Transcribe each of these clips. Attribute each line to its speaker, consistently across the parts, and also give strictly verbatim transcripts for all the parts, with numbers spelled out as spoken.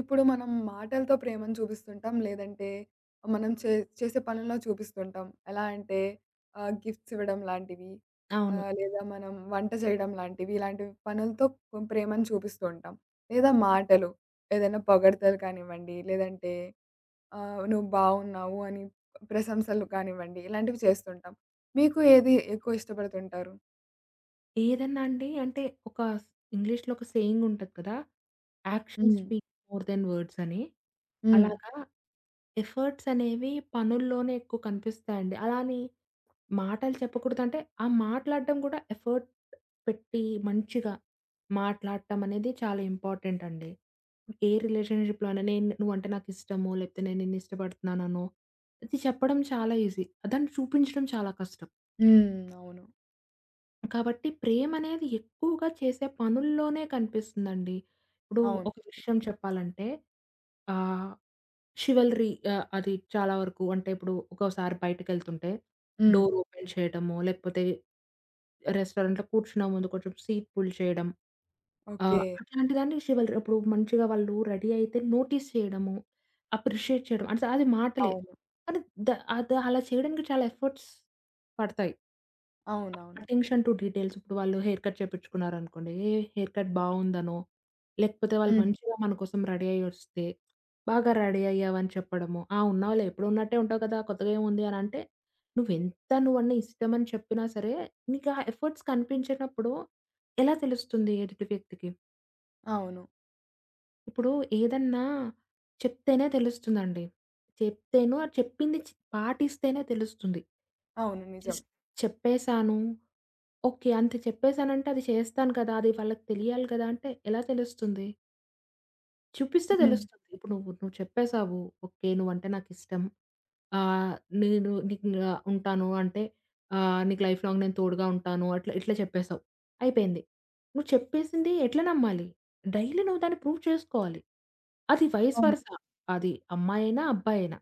Speaker 1: ఇప్పుడు మనం మాటలతో ప్రేమను చూపిస్తుంటాం. లేదంటే మనం చే చేసే పనుల్లో చూపిస్తుంటాం. ఎలా అంటే ఆహ్, గిఫ్ట్స్ ఇవ్వడం లాంటివి.
Speaker 2: అవును.
Speaker 1: ఆహ్, లేదా మనం వంట చేయడం లాంటివి. ఇలాంటి పనులతో కొం- ప్రేమను చూపిస్తూ ఉంటాం. లేదా మాటలు ఏదైనా పొగడ్తలు కానివ్వండి, లేదంటే ఆహ్, నువ్వు బాగున్నావు అని ప్రశంసలు కానివ్వండి, ఇలాంటివి చేస్తుంటాం. మీకు ఏది ఎక్కువ ఇష్టపడుతుంటారు?
Speaker 2: ఏదన్నా అండి అంటే ఒక స్ ఇంగ్లీష్‌లో ఒక సేయింగ్ ఉంటది కదా! యాక్షన్
Speaker 1: హ్మ్.
Speaker 2: స్పీక్స్ మోర్ దెన్ వర్డ్స్ అని.
Speaker 1: హ్మ్.
Speaker 2: అలాగా ఎఫర్ట్స్ అనేవి పనుల్లోనే ఎక్కువ కనిపిస్తాయండి. అలా అని మాటలు చెప్పకూడదంటే, ఆ మాట్లాడడం కూడా ఎఫర్ట్ పెట్టి మంచిగా మాట్లాడటం అనేది చాలా ఇంపార్టెంట్ అండి. ఏ రిలేషన్‌షిప్‌లో అయినా నేను నువ్వంటే నాకిష్టము, లేకపోతే నేను నిన్ను ఇష్టపడుతున్నాననో, ఇది చెప్పడం చాలా ఈజీ. దాన్ని చూపించడం చాలా కష్టం.
Speaker 1: హ్మ్. అవును.
Speaker 2: కాబట్టి ప్రేమనేది ఎక్కువగా చేసే పనుల్లోనే కనిపిస్తుందండి. ఇప్పుడు
Speaker 1: అవును.
Speaker 2: ఒక విషయం చెప్పాలంటే ఆహ్, చివెల్‌రీ ఆహ్, అది చాలా వరకు అంటే ఇప్పుడు ఒక్కోసారి బయటికెళ్తుంటే
Speaker 1: హ్మ్.
Speaker 2: డోర్ ఓపెన్ చేయడమో, లేకపోతే రెస్టారెంట్‌లో కూర్చున్న ముందు కొంచెం సీట్ పుల్ చేయడం.
Speaker 1: ఓకే.
Speaker 2: ఆహ్, అట్లాంటిదన్నీ చివెల్‌రీ ఇప్పుడు మంచిగా వాళ్ళు రెడీ అయితే నోటీస్ చేయడము, అప్రిషియేట్ చేయడం. అంటే అది మాటలే.
Speaker 1: అవును.
Speaker 2: కానీ ద అది అలా చేయడానికి చాలా ఎఫర్ట్స్ పడతాయి.
Speaker 1: అవునవును.
Speaker 2: Attention to details. ఇప్పుడు వాళ్ళు హెయిర్ కట్ చేపించుకున్నారనుకోండి, హెయిర్ కట్ బావుందనో, లేకపోతే వాళ్ళు
Speaker 1: హ్మ్.
Speaker 2: మంచిగా మన కోసం రెడీ అయ్యొస్తే, బాగా రెడీ అయ్యావని చెప్పడము. ఆ! ఉన్నావులే ఎప్పుడూ ఉన్నట్టే ఉంటావు కదా! కొత్తగా ఏముంది అనంటే, నువ్వెంత నువ్వన్నీ ఇష్టమని చెప్పినా సరే, నీకా ఎఫర్ట్స్ కనిపించనప్పుడు ఎలా తెలుస్తుంది ఎదుటి వ్యక్తికి?
Speaker 1: అవును.
Speaker 2: ఇప్పుడు ఏదన్నా చెప్తేనే తెలుస్తుందండి. చెప్తేనో చెప్పింది చ్ పాటిస్తేనే తెలుస్తుంది.
Speaker 1: అవును. నిజం.
Speaker 2: జస్ట్ చెప్పేసాను ఓకే. అంత చెప్పేసానంటే అది చేస్తాను కదా! అది వాళ్ళకి తెలియాలి కదా! అంటే ఎలా తెలుస్తుంది? చూపిస్తే
Speaker 1: హ్మ్.
Speaker 2: తెలుస్తుంది. ఇప్పుడు నువ్వు నువ్వు చెప్పేసావు. ఓకే. నువ్వంటే నాకిష్టం. ఆహ్, నేను నీకు ఇంగా ఉంటాను అంటే ఆహ్, నీకు లైఫ్ లాంగ్ నేను తోడుగా ఉంటాను. అట్లా ఇట్లా చెప్పేసావు. అయిపోయింది. నువ్వు చెప్పేసింది ఎట్లా నమ్మాలి? డైలీ నువ్వు దాన్ని ప్రూవ్ చేసుకోవాలి. అది వైస్
Speaker 1: అవును.
Speaker 2: వర్సా. అది అమ్మాయైనా, అబ్బాయైనా.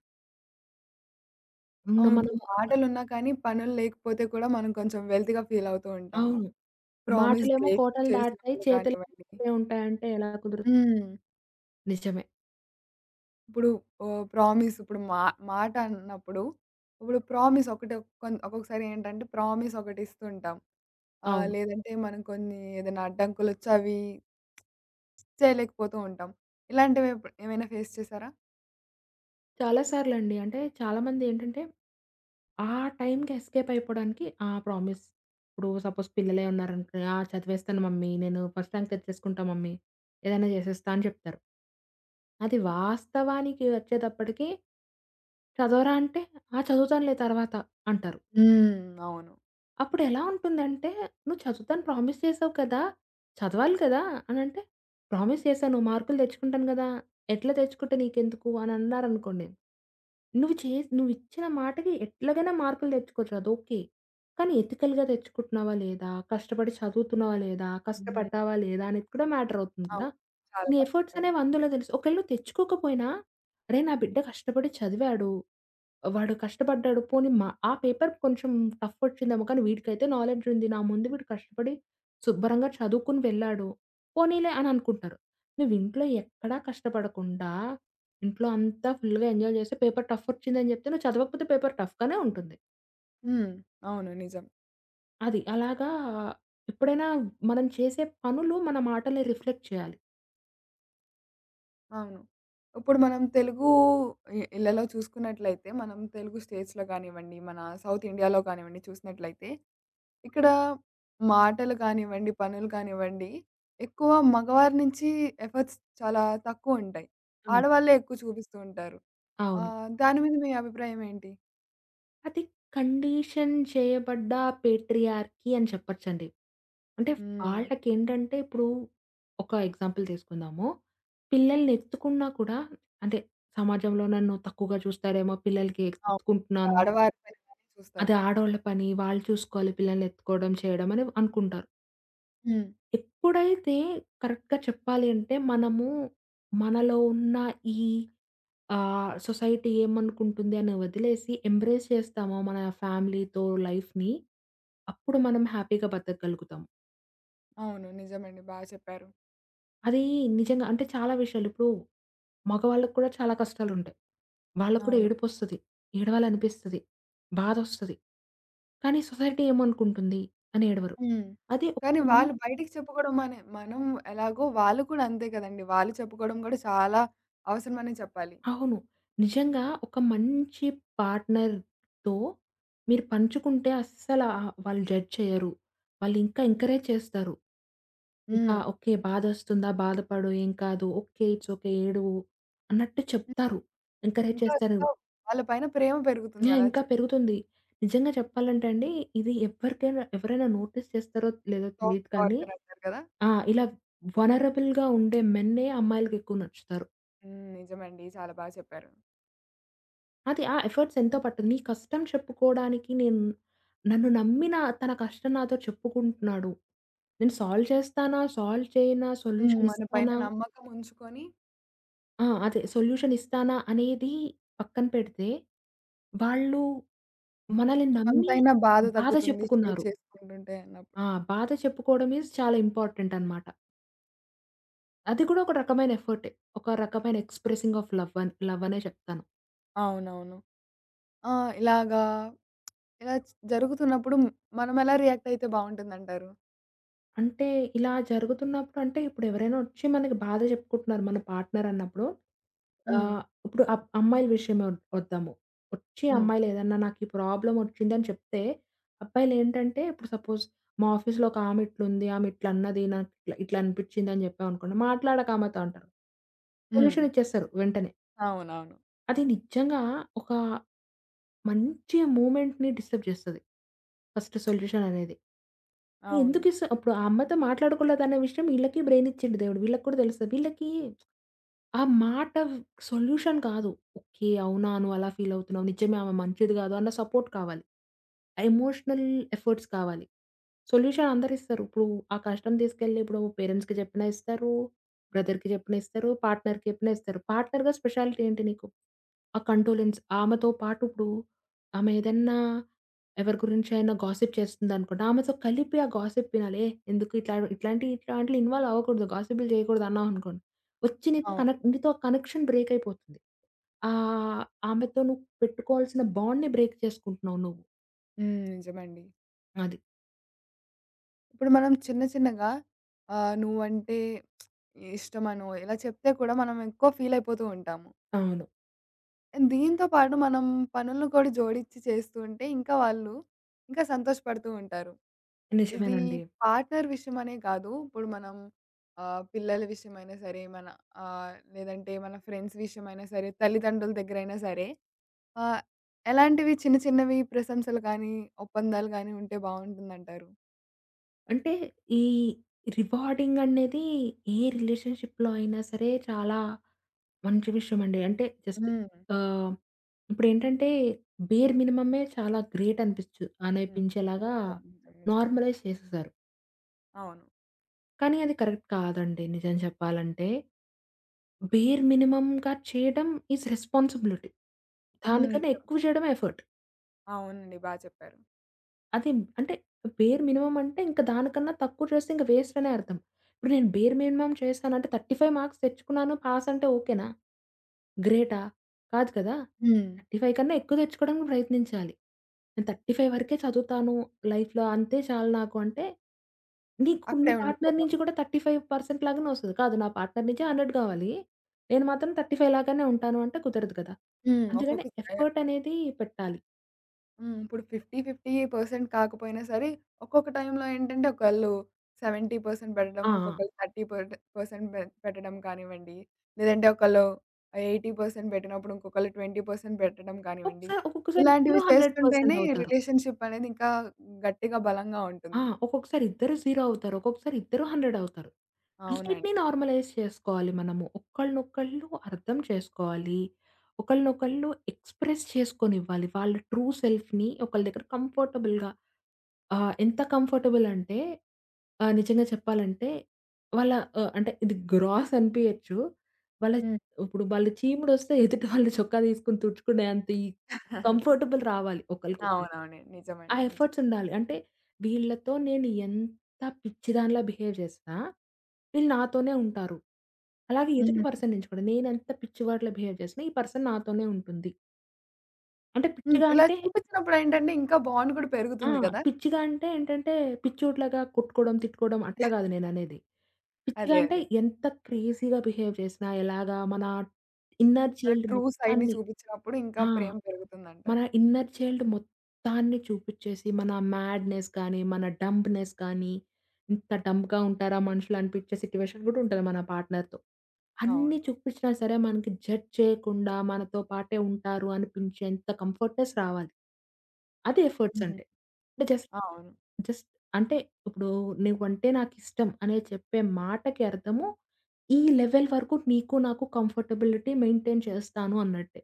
Speaker 2: హ్మ్.
Speaker 1: అవును. ఇప్పుడు
Speaker 2: మనము ఒక
Speaker 1: మాటలున్నా కానీ పనులు లేకపోతే కూడా మనం కొంచెం వెల్తీగా ఫీల్ అవుతూ ఉంటాము.
Speaker 2: అవును.
Speaker 1: ప్రామిస్
Speaker 2: మాటలేమో
Speaker 1: బ్రేక్
Speaker 2: కోటలు దాటుతాయి.
Speaker 1: చేసినప్పుడు
Speaker 2: చేతులేమో
Speaker 1: కానివ్వండి.
Speaker 2: అక్కడే ఉంటాయంటే ఎలా కుదురుతుంది?
Speaker 1: హ్మ్.
Speaker 2: నిజమే.
Speaker 1: ఇప్పుడు ఆహ్, ప్రామిస్ ఇప్పుడు మా మాట అన్నప్పుడు ఇప్పుడు ప్రామిస్ ఒకటి కొన్ ఒక్కొక్కసారి ఏంటంటే ప్రామిస్ ఒకటి ఇస్తుంటాం. ఆహ్,
Speaker 2: అవును.
Speaker 1: లేదంటే మనం కొన్ని ఏదైనా అడ్డంకులొచ్చి అవి చేయలేకపోతూ ఉంటాం. ఇలాంటివి ఎప్ ఏమైనా ఫేస్ చేసారా?
Speaker 2: చాలా సార్లండి. అంటే చాలామంది ఏంటంటే, ఆ టైంకి ఎస్కేప్ అయిపోవడానికి ఆ! ప్రామిస్. ఇప్పుడు సపోజ్ పిల్లలే ఉన్నారనుకో, "ఆ! చదివేస్తాను మమ్మీ. నేను ఫస్ట్ ర్యాంక్ తెచ్చేసుకుంటా మమ్మీ. ఏదైనా చేసేస్తా" అని చెప్తారు. అది వాస్తవానికి వచ్చేటప్పటికి చదవరా అంటే, "ఆ! చదువుతానులే తర్వాత" అంటారు.
Speaker 1: హ్మ్. అవును.
Speaker 2: అప్పుడెలా ఉంటుందంటే, "నువ్వు చదువుతాను ప్రామిస్ చేసావు కదా! చదవాలి కదా!" అనంటే, "ప్రామిస్ చేశాను. మార్కులు తెచ్చుకుంటాను గదా! ఎట్లా తెచ్చుకుంటే నీకెందుకు?" అని అన్నారనుకోండి. నువ్వు చేసి నువ్విచ్చిన మాటకి ఎట్లాగైనా మార్కులు తెచ్చుకోవచ్చు. అదోకే. కానీ ఎథికల్‌గా తెచ్చుకుంటున్నావా లేదా? కష్టపడి చదువుతున్నావా లేదా?
Speaker 1: హ్మ్.
Speaker 2: కష్టపడ్డావా లేదా? అనేది కూడా మ్యాటర్ అవుతుంది గదా!
Speaker 1: అవును. చాలా
Speaker 2: నీ
Speaker 1: బాగా
Speaker 2: ఎఫర్ట్స్
Speaker 1: చెప్పారు.
Speaker 2: అనేవి అందులో తెలుసు. ఒకవేళ నువ్వు తెచ్చుకోకపోయినా, "అరే! నా బిడ్డ కష్టపడి చదివాడు." వాడు కష్టపడ్డాడు. పోనీ మా ఆ పేపర్ కొంచెం టఫ్ ఒచ్చిందేమో కానీ వీడికైతే నాలెడ్జ్ ఉంది. నా ముందు వీడు కష్టపడి శుభ్రంగా చదువుకొని వెళ్ళాడు. పోనీలే అని అనుకుంటారు. నువ్వింట్లో ఎక్కడా కష్టపడకుండా ఇంట్లో అంతా ఫుల్‌గా ఎంజాయ్ చేసి పేపర్ టఫ్ ఒచ్చిందని చెప్తే నువ్వు చదవకపోతే పేపర్ టఫ్‌గానే ఉంటుంది.
Speaker 1: హ్మ్. అవును. నిజం.
Speaker 2: అది అలాగా ఎప్పుడైనా మనం చేసే పనులు మన మాటల్ని రిఫ్లెక్ట్ చేయాలి.
Speaker 1: అవును. ఇప్పుడు మనం తెలుగు ఇ ఇళ్లలో చూసుకున్నట్లయితే, మనం తెలుగు స్టేట్స్‌లో కానివ్వండి, మన సౌత్ ఇండియాలో కానివ్వండి చూసినట్లయితే, ఇక్కడ మాటలు కానివ్వండి, పనులు కానివ్వండి, ఎక్కువ మగవారి నుంచి ఎఫర్ట్స్ చాలా తక్కువుంటాయి.
Speaker 2: అవును.
Speaker 1: ఆడవాళ్ళే ఎక్కువ చూపిస్తూ ఉంటారు.
Speaker 2: అవును.
Speaker 1: ఆహ్, దాని మీద మీ అభిప్రాయం ఏంటి?
Speaker 2: అది కండిషన్ చేయబడ్డ పేట్రియార్కీ అని చెప్పొచ్చండి. అంటే
Speaker 1: హ్మ్.
Speaker 2: వాళ్ళకేంటంటే ఇప్పుడు ఒక ఎగ్జాంపుల్ తీసుకుందాము. పిల్లల్ని ఎత్తుకున్నా కూడా అంటే సమాజంలో నన్ను తక్కువగా చూస్తారేమో పిల్లలకి
Speaker 1: అవును.
Speaker 2: ఎత్తుకుంటున్నాను.
Speaker 1: ఆడవారి పైననే చూస్తారు.
Speaker 2: అది ఆడోళ్ళ పని, వాళ్ళు చూసుకోవాలి పిల్లల్ని ఎత్తుకోవడం, చేయడం అని అనుకుంటారు.
Speaker 1: హ్మ్.
Speaker 2: ఎప్పుడైతే కరెక్ట్‌గా చెప్పాలి అంటే మనము మనలో ఉన్న ఈ ఆహ్, సొసైటీ ఏమనుకుంటుంది అని వదిలేసి ఎంబ్రేస్ చేస్తామో మన ఫ్యామిలీతో లైఫ్‌ని, అప్పుడు మనం హ్యాపీగా బతకగలుగుతాం.
Speaker 1: అవును. నిజమండి. బా చెప్పారు.
Speaker 2: అది నిజంగా అంటే చాలా విషయాలు ఇప్పుడు మగవాళ్ళకి కూడా చాలా కష్టాలుంటాయి. వాళ్ళకి కూడా
Speaker 1: అవును.
Speaker 2: ఏడుపొస్తది. ఏడవాలనిపిస్తది. బాధొస్తది. కానీ సొసైటీ ఏమనుకుంటుంది అని ఏడవరు.
Speaker 1: హ్మ్.
Speaker 2: అదే ఒక
Speaker 1: కానీ హ్మ్. వాళ్ళు బయటికి చెప్పుకోవడం మనే మనం ఎలాగో వాళ్ళు కూడా అంతే కదండీ. వాళ్ళు చెప్పుకోవడం కూడా చాలా అవసరమనే చెప్పాలి.
Speaker 2: అవును. నిజంగా ఒక మంచి పార్ట్‌నర్‌తో మీరు పంచుకుంటే అస్సల వాళ్ళు జడ్జ్ చేయరు. వాళ్ళు ఇంకా ఎంకరేజ్ చేస్తారు. ఇంకా
Speaker 1: హ్మ్.
Speaker 2: ఓకే. బాధొస్తుందా? బాధపడు. ఏం కాదు. ఓకే. It's okay. ఏడవు అన్నట్టు
Speaker 1: హ్మ్.
Speaker 2: చెప్తారు. ఎంకరేజ్
Speaker 1: ఇంకా
Speaker 2: చేస్తారు.
Speaker 1: ఇంకా వాళ్ళ పైన ప్రేమ పెరుగుతుంది.
Speaker 2: యాహ్!
Speaker 1: అలా
Speaker 2: ఇంకా
Speaker 1: చే
Speaker 2: పెరుగుతుంది. నిజంగా చెప్పాలంటే అండి ఇది ఎవరికైనా ఎవరైనా నోటీస్ చేస్తారో లేదో
Speaker 1: సాఫ్ట్
Speaker 2: తెలీదు కానీ
Speaker 1: కార్నర్ అంటారు కదా!
Speaker 2: ఆ! ఇలా వలనరబుల్‌గా ఉండే మెన్నే అమ్మాయిలకి ఎక్కువ నచ్చుతారు.
Speaker 1: హ్మ్. నిజమండి. చాలా బాగా చెప్పారు.
Speaker 2: అది. ఆ! ఎఫర్ట్స్ ఎంతో పట్టదు. నీ కష్టం చెప్పుకోడానికి నేను నన్ను నమ్మిన తన కష్టం నాతో చెప్పుకుంటున్నాడు. నేను సాల్వ్ చేస్తానా? సాల్వ్ చేయనా?
Speaker 1: హ్మ్.
Speaker 2: సొల్యూషన్
Speaker 1: మన పైన
Speaker 2: ఇస్తానా?
Speaker 1: నమ్మకం ఉంచుకొని
Speaker 2: ఆ! అదే సొల్యూషన్ ఇస్తానా? అనేది పక్కన పెడితే, వాళ్ళు మనల్ని నమ్మి
Speaker 1: కొంతైనా బాధ
Speaker 2: బాధ
Speaker 1: తగ్గుతుంది షేర్
Speaker 2: చెప్పుకున్నారు.
Speaker 1: చేసుకుంటుంటే అన్నప్పుడు.
Speaker 2: ఆ! బాధ చెప్పుకోవడం ఈజ్ చాలా ఇంపార్టెంట్ అన్నమాట. అది కూడా ఒక రకమైన ఎఫర్టే. ఒక రకమైన ఎక్స్‌ప్రెసింగ్ ఆఫ్ లవ్ అని లవ్ అనే చెప్తాను.
Speaker 1: అవునవును. ఆ! ఇలాగా ఇలా చ్ జరుగుతున్నప్పుడు మనం ఎలా రియాక్ట్ అయితే బావుంటుందంటారు?
Speaker 2: అంటే ఇలా జరుగుతున్నప్పుడు అంటే ఇప్పుడు ఎవరైనా వచ్చి మనకి బాధ చెప్పుకుంటున్నారు మన పార్ట్నర్ అన్నప్పుడు.
Speaker 1: హ్మ్.
Speaker 2: ఆహ్, ఇప్పుడు అబ్ అమ్మాయిల విషయమే వద్ వద్దాము. వచ్చి
Speaker 1: హ్మ్.
Speaker 2: అమ్మాయిలు ఏదన్నా నాకు ఈ ప్రాబ్లమ్ వచ్చిందని చెప్తే, అబ్బాయిలేంటంటే ఇప్పుడు సపోజ్ మా ఆఫీస్‌లో ఒక ఆమె ఇట్లుంది, ఆమె ఇట్లన్నది, నాకు ఇట్లా ఇట్లా అనిపించింది అని చెప్పామనుకోండి, మాట్లాడకు ఆమెతో అంటారు.
Speaker 1: హ్మ్.
Speaker 2: సొల్యూషన్ ఇచ్చేస్తారు వెంటనే.
Speaker 1: అవునవును.
Speaker 2: అది నిజంగా ఒక మంచి మూవ్‌మెంట్‌ని డిస్టర్బ్ చేస్తది. ఫస్ట్ సొల్యూషన్ అనేది.
Speaker 1: అవును.
Speaker 2: ఎందుకు ఇస్తా ఇప్పుడు ఆ అమ్మతో మాట్లాడుకోలేదనే విషయం ఈళ్ళకి బ్రెయిన్ ఇచ్చిండు దేవుడు. వీళ్ళకి కూడా తెలుస్తది. వీళ్ళకి ఆ మాట సొల్యూషన్ కాదు. ఓకే. అవునా! నువ్వు అలా ఫీల్ అవుతున్నావు. నిజమే ఆమె మంచిది కాదు అన్న సపోర్ట్ కావాలి. ఎమోషనల్ ఎఫర్ట్స్ కావాలి. సొల్యూషన్ అందరిస్తారు. ఇప్పుడు ఆ కష్టం తీసుకెళ్ళి ఇప్పుడు పేరెంట్స్‌కి చెప్పినా ఇస్తారు. బ్రదర్‌కి చెప్పినా ఇస్తారు. పార్ట్నర్‌కి చెప్పినా ఇస్తారు. పార్ట్నర్‌గా స్పెషాలిటీ ఏంటి నీకు? ఆ కంటోలెన్స్ ఆమెతో పాటు ఇప్పుడు ఆమె ఏదన్నా ఎవరి గురించైనా గాసిప్ చేస్తుందనుకోండి, ఆమెతో కలిపి ఆ గాసిప్ వినాలి. ఏ ఎందుకు ఇట్లా ఇట్లాంటి ఇట్లాంటిలో ఇన్వాల్వ్ అవ్వకూడదు. గాసిప్‌లు చేయకూడదు అన్నావనుకోండి. వచ్చి నీతో
Speaker 1: అవును.
Speaker 2: కనెక్ట్ నీతో కనెక్షన్ బ్రేక్ అయిపోతుంది. ఆహ్, ఆమెతో నువ్వు పెట్టుకోవాల్సిన బాండ్‌ని బ్రేక్ చేసుకుంటున్నావు నువ్వు.
Speaker 1: హ్మ్. నిజమండి.
Speaker 2: అది.
Speaker 1: ఇప్పుడు మనం చిన్న చిన్నగా ఆహ్, నువ్వంటే ఇష్టమనో ఇలా చెప్తే కూడా మనం ఎక్కువ ఫీల్ అయిపోతూ ఉంటాము.
Speaker 2: అవును.
Speaker 1: And దీంతో పాటు మనం పనులను కూడా జోడించి చేస్తూ ఉంటే ఇంకా వాళ్ళు ఇంకా సంతోషపడుతూ ఉంటారు. ఇది
Speaker 2: నిజమేనండి.
Speaker 1: పార్ట్నర్ విషయమనే కాదు. ఇప్పుడు మనం ఆహ్, పిల్లల విషయమైనా సరే, మన ఆహ్, లేదంటే మన ఫ్రెండ్స్ విషయమైనా సరే, తల్లిదండ్రుల దగ్గరైనా సరే ఆహ్, ఎలాంటివి చిన్న చిన్నవి ప్రశంసలు గానీ, ఒప్పందాలు గానీ ఉంటే బావుంటుందంటారు?
Speaker 2: అంటే ఈ రివార్డింగ్ అనేది ఏ రిలేషన్‌షిప్‌లో అయినా సరే చాలా మంచి విషయమండి. అంటే జస్ట్
Speaker 1: హ్మ్.
Speaker 2: ఆహ్, ఇప్పుడేంటంటే బేర్ మినిమమే చాలా గ్రేట్ అనిపిచ్చు
Speaker 1: హ్మ్. హ్మ్.
Speaker 2: అనిపించేలాగా
Speaker 1: నిజం. హ్మ్. నిజం. నిజం.
Speaker 2: నార్మలైజ్ చేసేసారు.
Speaker 1: అవును.
Speaker 2: కానీ అది కరెక్ట్ కాదండి నిజం చెప్పాలంటే. బేర్ మినిమమ్‌గా చేయడం ఈజ్ రెస్పాన్సిబిలిటీ.
Speaker 1: హ్మ్.
Speaker 2: దానికన్నా
Speaker 1: నిజం.
Speaker 2: ఎక్కువ చేయడమే ఎఫర్ట్.
Speaker 1: అవునండి. బా చెప్పారు.
Speaker 2: అదే. అంటే బేర్ మినిమమ్ అంటే ఇంక దానికన్నా తక్కువ చేస్తే ఇంక వేస్ట్ అనే అర్థం. ఇప్పుడు నేను బేర్ మినిమమ్ చేశానంటే ముప్పై ఐదు మార్క్స్ తెచ్చుకున్నాను పాస్ అంటే ఓకేనా? గ్రేటా? కాదు కదా!
Speaker 1: హ్మ్.
Speaker 2: ముప్పై ఐదు కన్నా ఎక్కువ తెచ్చుకోవడానికి ప్రయత్నించాలి. నేను ముప్పై ఐదు వరకే చదువుతాను లైఫ్‌లో అంతే చాలు నాకు అంటే, నీకు నీ
Speaker 1: అక్కడే
Speaker 2: పార్ట్నర్
Speaker 1: ఉండిపోతాం
Speaker 2: నుంచి
Speaker 1: ఇక.
Speaker 2: కూడా ముప్పై ఐదు శాతం లాగానే వస్తది. కాదు నా పార్ట్నర్ నుంచి వంద కావాలి. నేను మాత్రం ముప్పై ఐదు లాగానే ఉంటాను అంటే కుదరదు కదా!
Speaker 1: హ్మ్.
Speaker 2: అందుకని
Speaker 1: ఒక్కొక్క ఆహ్,
Speaker 2: ఎఫర్ట్ అనేది పెట్టాలి.
Speaker 1: హ్మ్. ఇప్పుడు యాభై యాభై పర్సెంట్ కాకపోయినా సరే, ఒక్కొక్క టైంలో ఏంటంటే ఒకళ్ళు డెబ్బై పర్సెంట్ పెట్టడం,
Speaker 2: ఆ! ఆ!
Speaker 1: ఇంకొకళ్ళు ముప్పై పర్సెంట్ పె పెట్టడం కానివ్వండి, లేదంటే ఒకళ్ళు ఎనభై పర్సెంట్ పెట్టినప్పుడు ఇంకొకళ్ళు ఇరవై పర్సెంట్ పెట్టడం కానివ్వండి,
Speaker 2: ఒక్కొక్కసారి, ఒక్కొక్కసారి ఇద్దరు
Speaker 1: ఇలాంటివి
Speaker 2: వంద శాతం
Speaker 1: చేస్తుంటేనే
Speaker 2: అవుతారు.
Speaker 1: రిలేషన్‌షిప్ అనేది ఇంకా గట్టిగా బలంగా
Speaker 2: ఆ!
Speaker 1: ఉంటుంది.
Speaker 2: ఒక్కొక్కసారి ఇద్దరు సున్నా అవుతారు. ఒక్కొక్కసారి ఇద్దరు వంద అవుతారు. అన్నిటిని
Speaker 1: అవునండి.
Speaker 2: నార్మలైజ్ చేసుకోవాలి మనము. ఒకళ్ళనొకళ్ళు అర్థం చేసుకోవాలి. ఒకళ్ళనొకళ్ళు ఎక్స్‌ప్రెస్ చేసుకొనివ్వాలి. వాళ్ళ ట్రూ సెల్ఫ్‌ని ఒకళ్ళ దగ్గర కంఫర్టబుల్‌గా ఆ! ఎంత కంఫర్టబుల్ అంటే ఆహ్, నిజంగా చెప్పాలంటే వాళ్ళ ఆహ్, అంటే ఇది గ్రాస్ అనిపియచ్చు. వాళ్ళ
Speaker 1: హ్మ్.
Speaker 2: ఇప్పుడు వాళ్ళు చీముడొస్తే ఎదుటి వాళ్ళు చొక్కా తీసుకొని తుడుచుకునే అంత ఈ కంఫర్టబుల్ రావాలి ఒకళ్ళకొకళ్ళకి.
Speaker 1: అవునవును.
Speaker 2: ఆ
Speaker 1: నిజమండి. నిజం.
Speaker 2: ఎఫర్ట్స్ ఉండాలి. అంటే వీళ్ళతో నేను ఎంత పిచ్చిదానిలా బిహేవ్ చేసినా, వీళ్ళు నాతోనే ఉంటారు. అలాగే ఎదుటి
Speaker 1: హ్మ్.
Speaker 2: పర్సన్ నుంచి కూడా నేనెంత పిచ్చివాడిలా బిహేవ్ చేసినా, ఈ పర్సన్ నాతోనే ఉంటుంది. అంటే
Speaker 1: హ్మ్.
Speaker 2: పిచ్చిగా
Speaker 1: ఇలా
Speaker 2: అంటే
Speaker 1: చూపించినప్పుడేంటంటే ఇంకా బాండ్ కూడా
Speaker 2: ఆ!
Speaker 1: పెరుగుతుంది కదా!
Speaker 2: పిచ్చిగా అంటే ఏంటంటే, పిచ్చోడిలాగా కొట్టుకోవడం, తిట్టుకోవడం అట్లా గాదు నేననేది. పిచ్చిగా
Speaker 1: అదే.
Speaker 2: అంటే
Speaker 1: అదే.
Speaker 2: ఎంత క్రేజీగా బిహేవ్ చేసినా, ఎలాగా మన ఇన్నర్
Speaker 1: మన
Speaker 2: చైల్డ్
Speaker 1: ట్రూ సైడ్‌ని
Speaker 2: మొత్తాన్ని
Speaker 1: చూపించినప్పుడు ఇంకా
Speaker 2: ఆ!
Speaker 1: ప్రేమ
Speaker 2: మన
Speaker 1: పెరుగుతుందంటారు.
Speaker 2: ఇన్నర్ చైల్డ్ మొత్తాన్ని చూపిచ్చేసి, మన మ్యాడ్‌నెస్ గానీ, మన డంబ్‌నెస్ గానీ, ఇంత డంబ్‌గా ఉంటారా మనుషులు అనిపిచ్చే సిట్యుయేషన్ గూడా ఉంటది మన పార్ట్నర్‌తో. అన్నీ
Speaker 1: అవును.
Speaker 2: చూపించినా సరే మనకి జడ్జ్ చేయకుండా మనతో పాటే ఉంటారు అనిపించేంత కంఫర్ట్‌నెస్ రావాలి. అది ఎఫర్ట్స్
Speaker 1: హ్మ్.
Speaker 2: అంటే. అంటే జస్ట్,
Speaker 1: అవును.
Speaker 2: జస్ట్ అంటే ఇప్పుడు నువ్వంటే నాకిష్టం అనే చెప్పే మాటకి అర్థము, ఈ లెవెల్ వరకు నీకు నాకు కంఫర్టబిలిటీ మెయింటైన్ చేస్తాను అన్నట్టే.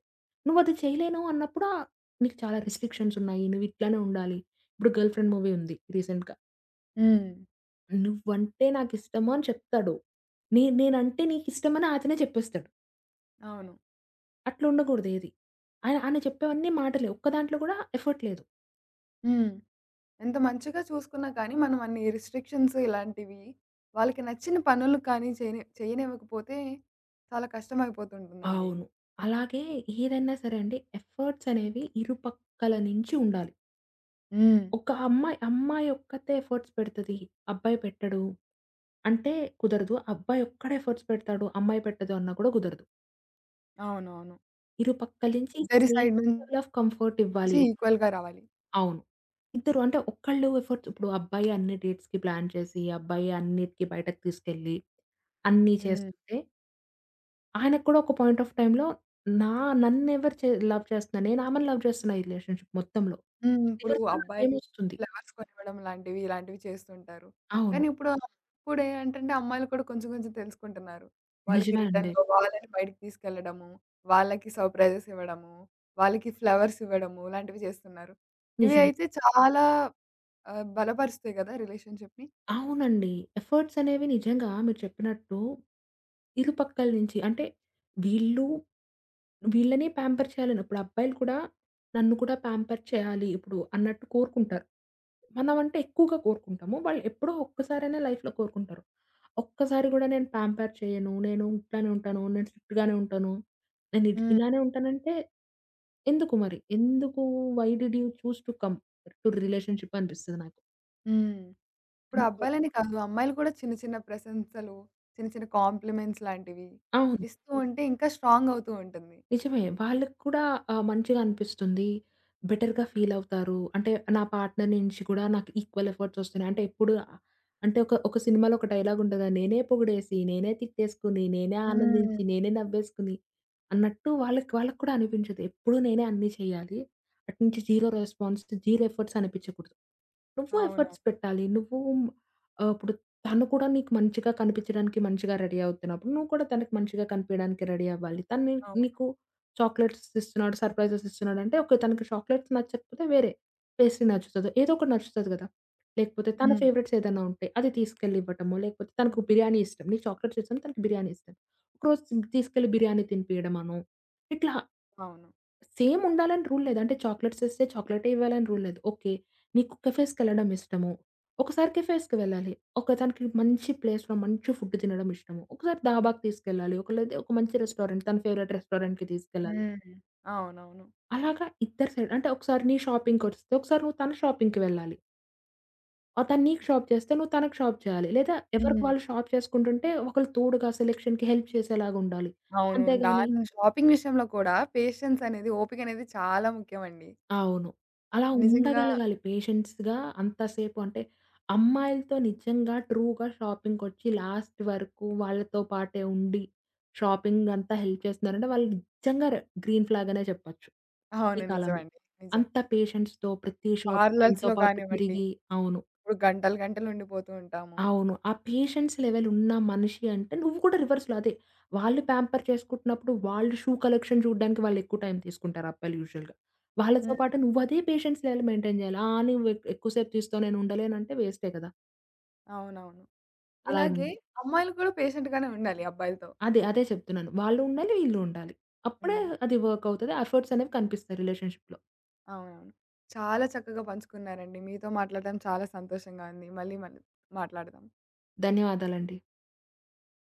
Speaker 2: నువ్వది చేయలేను అన్నప్పుడు ఆహ్, నీకు చాలా రిస్ట్రిక్షన్స్ ఉన్నాయి. నువ్వు ఇట్లానే ఉండాలి. ఇప్పుడు 'గర్ల్ ఫ్రెండ్' మూవీ ఉంది రీసెంట్‌గా.
Speaker 1: హ్మ్.
Speaker 2: నువ్వంటే నాకిష్టము అని చెప్తాడు. నే నేనంటే నీకిష్టమని అతనే చెప్పేస్తాడు.
Speaker 1: అవును.
Speaker 2: అట్లుండకూడదు ఏది. ఆయన ఆయన చెప్పేవన్నీ మాటలే. ఒక్క దాంట్లో కూడా ఎఫర్ట్ లేదు.
Speaker 1: హ్మ్. ఎంత మంచిగా చూసుకున్నా కానీ మనం అన్ని రిస్ట్రిక్షన్స్ ఇలాంటివి వాళ్ళకి నచ్చిన పనులు కానీ చేయని చేయనివ్వకపోతే చాలా కష్టమైపోతుంటుందండి.
Speaker 2: అవును. అలాగే ఏదైనా సరే అండి ఎఫర్ట్స్ అనేవి ఇరుపక్కల నుంచి ఉండాలి.
Speaker 1: హ్మ్.
Speaker 2: ఒక అమ్మాయి, అమ్మాయి ఒక్కతే ఎఫర్ట్స్ పెడతది. అబ్బాయి పెట్టడు అంటే కుదరదు. అబ్బాయి ఒక్కడే ఎఫర్ట్స్ పెడతాడు. అమ్మాయి పెట్టదు అన్నా కూడా కుదరదు.
Speaker 1: అవునవును.
Speaker 2: ఇరుపక్కల నుంచి
Speaker 1: ఇద్దరి
Speaker 2: సేమ్
Speaker 1: సైడ్ నుంచి
Speaker 2: లెవెల్ ఆఫ్ కంఫర్ట్ ఇవ్వాలి.
Speaker 1: ఈక్వల్‌గా రావాలి.
Speaker 2: అవును. ఇద్దరు అంటే ఒక్కళ్ళు ఎఫర్ట్స్ ఇప్పుడు అబ్బాయి అన్ని డేట్స్‌కి ప్లాన్ చేసి, అబ్బాయి అన్నిటికి బయటకి తీసుకెళ్ళి అన్నీ
Speaker 1: హ్మ్.
Speaker 2: చేస్తుంటే ఆయనకి కూడా ఒక పాయింట్ ఆఫ్ టైమ్‌లో నా నన్నెవరు చే లవ్ చేస్తున్నారు? నేను ఆమెని లవ్ చేస్తున్నా ఈ రిలేషన్‌షిప్ మొత్తంలో.
Speaker 1: హ్మ్. ఇప్పుడు
Speaker 2: రివర్స్‌లో
Speaker 1: అబ్బాయిలు
Speaker 2: నాకేమొస్తుంది?
Speaker 1: ఫ్లవర్స్ కొనివ్వడం లాంటివి, ఇలాంటివి చేస్తుంటారు.
Speaker 2: అవును.
Speaker 1: కానీ ఇప్పుడు ఇప్పుడేంటంటే అమ్మాయిలు కూడా కొంచెం కొంచెం తెలుసుకుంటున్నారు. వాళ్ళకి
Speaker 2: నిజమే అండి.
Speaker 1: రిటర్న్‌లో వాళ్ళని బయటికి తీసుకెళ్ళడము, వాళ్ళకి సర్‌ప్రైజెస్ ఇవ్వడము, వాళ్ళకి ఫ్లవర్స్ ఇవ్వడము ఇలాంటివి చేస్తున్నారు. ఇవి
Speaker 2: నిజమే.
Speaker 1: అయితే చాలా ఆహ్, బలపరుస్తాయి కదా రిలేషన్‌షిప్‌ని.
Speaker 2: అవునండి. ఎఫర్ట్స్ అనేవి నిజంగా మీరు చెప్పినట్టు ఇరుపక్కల నుంచి అంటే వీళ్ళు వీళ్ళని ప్యాంపర్ చేయాలని ఇప్పుడు అబ్బాయిలు కూడా నన్ను కూడా ప్యాంపర్ చేయాలి ఇప్పుడు అన్నట్టు కోరుకుంటారు. మనం అంటే ఎక్కువగా కోరుకుంటాము. వాళ్ళు ఎప్పుడో ఒక్కసారైనా లైఫ్‌లో కోరుకుంటారు. ఒక్కసారి కూడా నేను ప్యాంపర్ చేయను. నేను ఇట్లానే ఉంటాను. నేను స్ట్రిక్ట్‌గానే ఉంటాను. నేను ఇది
Speaker 1: హ్మ్.
Speaker 2: ఇలానే ఉంటానంటే ఎందుకు మరి? ఎందుకు why did you choose to come to relationship అనిపిస్తది నాకు.
Speaker 1: హ్మ్. ఇప్పుడు
Speaker 2: అనుకో
Speaker 1: అబ్బాయిలనే కాదు, అమ్మాయిలు కూడా చిన్న చిన్న ప్రశంసలు, చిన్న చిన్న కాంప్లిమెంట్స్ లాంటివి
Speaker 2: అవును.
Speaker 1: ఇస్తూ ఉంటే ఇంకా స్ట్రాంగ్ అవుతూ ఉంటుంది.
Speaker 2: నిజమే. వాళ్ళకి కూడా ఆహ్, మంచిగా అనిపిస్తుంది. బెటర్‌గా ఫీల్ అవుతారు. అంటే నా పార్ట్నర్ నుంచి కూడా నాకు ఈక్వల్ ఎఫర్ట్స్ వస్తున్నాయి. అంటే ఎప్పుడు ఆ- అంటే ఒక ఒక సినిమాలో ఒక డైలాగ్ ఉంటది. నేనే పొగిడేసి, నేనే తిట్టేసుకొని, నేనే
Speaker 1: హ్మ్.
Speaker 2: ఆనందించి, నేనే నవ్వేసుకొని అన్నట్టు వాళ్ళకి వాళ్ళకి కూడా అనిపించదు. ఎప్పుడు నేనే అన్నీ చేయాలి. అట్నుంచి జీరో రెస్పాన్స్, జీరో ఎఫర్ట్స్ అనిపించకూడదు. నువ్వు
Speaker 1: అవునవును.
Speaker 2: ఎఫర్ట్స్ పెట్టాలి. నువ్వు ఆహ్, ఇప్పుడు తను కూడా నీకు మంచిగా కనిపించడానికి మంచిగా రెడీ అవుతున్నప్పుడు, నువ్వు కూడా తనకి మంచిగా కనిపియడానికి రెడీ అవ్వాలి. తను నీ నీకు
Speaker 1: అవును.
Speaker 2: చాక్లేట్స్ ఇస్తున్నాడు, సర్ప్రైజెస్ ఇస్తున్నాడంటే ఓకే. తనకి చాక్లేట్స్ నచ్చకపోతే వేరే. పేస్ట్రీ నచ్చుతదో, ఏదో ఒకటి నచ్చుతది గదా! లేకపోతే తన
Speaker 1: హ్మ్.
Speaker 2: ఫేవరెట్స్ ఏదైనా ఉంటే అది తీసుకెళ్ళి ఇవ్వటమో, లేకపోతే తనకు
Speaker 1: హ్మ్.
Speaker 2: బిర్యానీ ఇష్టం. నీకు చాక్లేట్స్ ఇష్టం, తనకి బిర్యానీ ఇష్టం. ఒకరోజు తీసుకెళ్ళి బిర్యానీ తినిపియడమనో, ఇట్లా
Speaker 1: అవును.
Speaker 2: సేమ్ ఉండాలని రూల్ లేదు. అంటే చాక్లేట్స్ ఇస్తే చాక్లేటే ఇవ్వాలని రూల్ లేదు. ఓకే. నీకు కెఫేస్‌కెళ్ళడం ఇష్టము. ఒకసారి కెఫేస్‌కి వెళ్ళాలి. ఒక తనకి మంచి ప్లేస్‌లో మంచి ఫుడ్ తినడం ఇష్టము. ఒకసారి దాబాకి తీసుకెళ్ళాలి. ఒక లేదా ఒక మంచి రెస్టారెంట్ తన ఫేవరెట్ రెస్టారెంట్‌కి తీసుకెళ్ళాలి.
Speaker 1: హ్మ్. అవునవును.
Speaker 2: అలాగా ఇద్దరు సైడ్ అంటే ఒకసారి నీ షాపింగ్‌కొస్తే, ఒకసారి నువ్వు తన షాపింగ్‌కి వెళ్ళాలి. ఆహ్, తను నీకు షాప్ చేస్తే నువ్వు తనకి షాప్ చేయాలి. లేదా ఎవరికి
Speaker 1: హ్మ్.
Speaker 2: వాళ్ళు షాప్ చేసుకుంటుంటే ఒకళ్ళు తోడుగా సెలక్షన్‌కి హెల్ప్ చేసేలాగా ఉండాలి.
Speaker 1: అవును.
Speaker 2: అంతేగాని
Speaker 1: దాని షాపింగ్ విషయంలో కూడా పేషెన్స్ అనేది, ఓపిక అనేది చాలా ముఖ్యమండి.
Speaker 2: అవును. అలా
Speaker 1: నిజంగా
Speaker 2: ఉండగలగాలి పేషెన్స్‌గా అంతసేపు అంటే, అమ్మాయిలతో నిజంగా ట్రూగా షాపింగ్‌కొచ్చి లాస్ట్ వరకు వాళ్ళతో పాటే ఉండి, షాపింగ్ అంతా హెల్ప్ చేస్తున్నారంటే, వాళ్ళు నిజంగా రె గ్రీన్ ఫ్లాగ్ అనే చెప్పొచ్చు. ఈ
Speaker 1: అవును.
Speaker 2: కాలంలో.
Speaker 1: నిజమండి. నిజం.
Speaker 2: అంత పేషెన్స్‌తో ప్రతి షాప్ తనతో
Speaker 1: పార్లర్స్‌లో
Speaker 2: పాటు
Speaker 1: కానివ్వండి,
Speaker 2: తిరిగి అవును.
Speaker 1: ఇప్పుడు గంటలు గంటలు ఉండిపోతూ ఉంటాము.
Speaker 2: అవును. ఆ పేషెన్స్ లెవెల్ ఉన్న మనిషి అంటే నువ్వు కూడా రివర్స్‌లో అదే. వాళ్ళు ప్యాంపర్ చేసుకుంటున్నప్పుడు వాళ్ళు షూ కలెక్షన్ చూడడానికి వాళ్ళు ఎక్కువ టైం తీసుకుంటారు అబ్బాయిలు యూజువల్‌గా. వాళ్ళతో
Speaker 1: హ్మ్.
Speaker 2: పాటు నువ్వు అదే పేషెన్స్ లెవెల్ మెయింటైన్ చేయాలి. ఆ! నువ్వు ఎక్ ఎక్కువ సేపు తీస్తావు నేను ఉండలేనంటే వేస్టే కదా!
Speaker 1: అవునవును.
Speaker 2: అలా
Speaker 1: ఇలాగే
Speaker 2: అనుంది.
Speaker 1: అమ్మాయిలు కూడా పేషెంట్ గానే ఉండాలి అబ్బాయిలతో.
Speaker 2: అదే, అదే చెప్తున్నాను. వాళ్ళు ఉండాలి, వీళ్ళు ఉండాలి. అప్పుడే
Speaker 1: హ్మ్.
Speaker 2: అది వర్క్ అవుతది. ఎఫర్ట్స్ అనేవి కనిపిస్తాయి రిలేషన్‌షిప్‌లో.
Speaker 1: అవునవును. చాలా చక్కగా పంచుకున్నారండి. మీతో మాట్లాడడం చాలా సంతోషంగా ఉంది. మళ్ళీ మళ్ళీ మాట్లాడదాం.
Speaker 2: ధన్యవాదాలండి.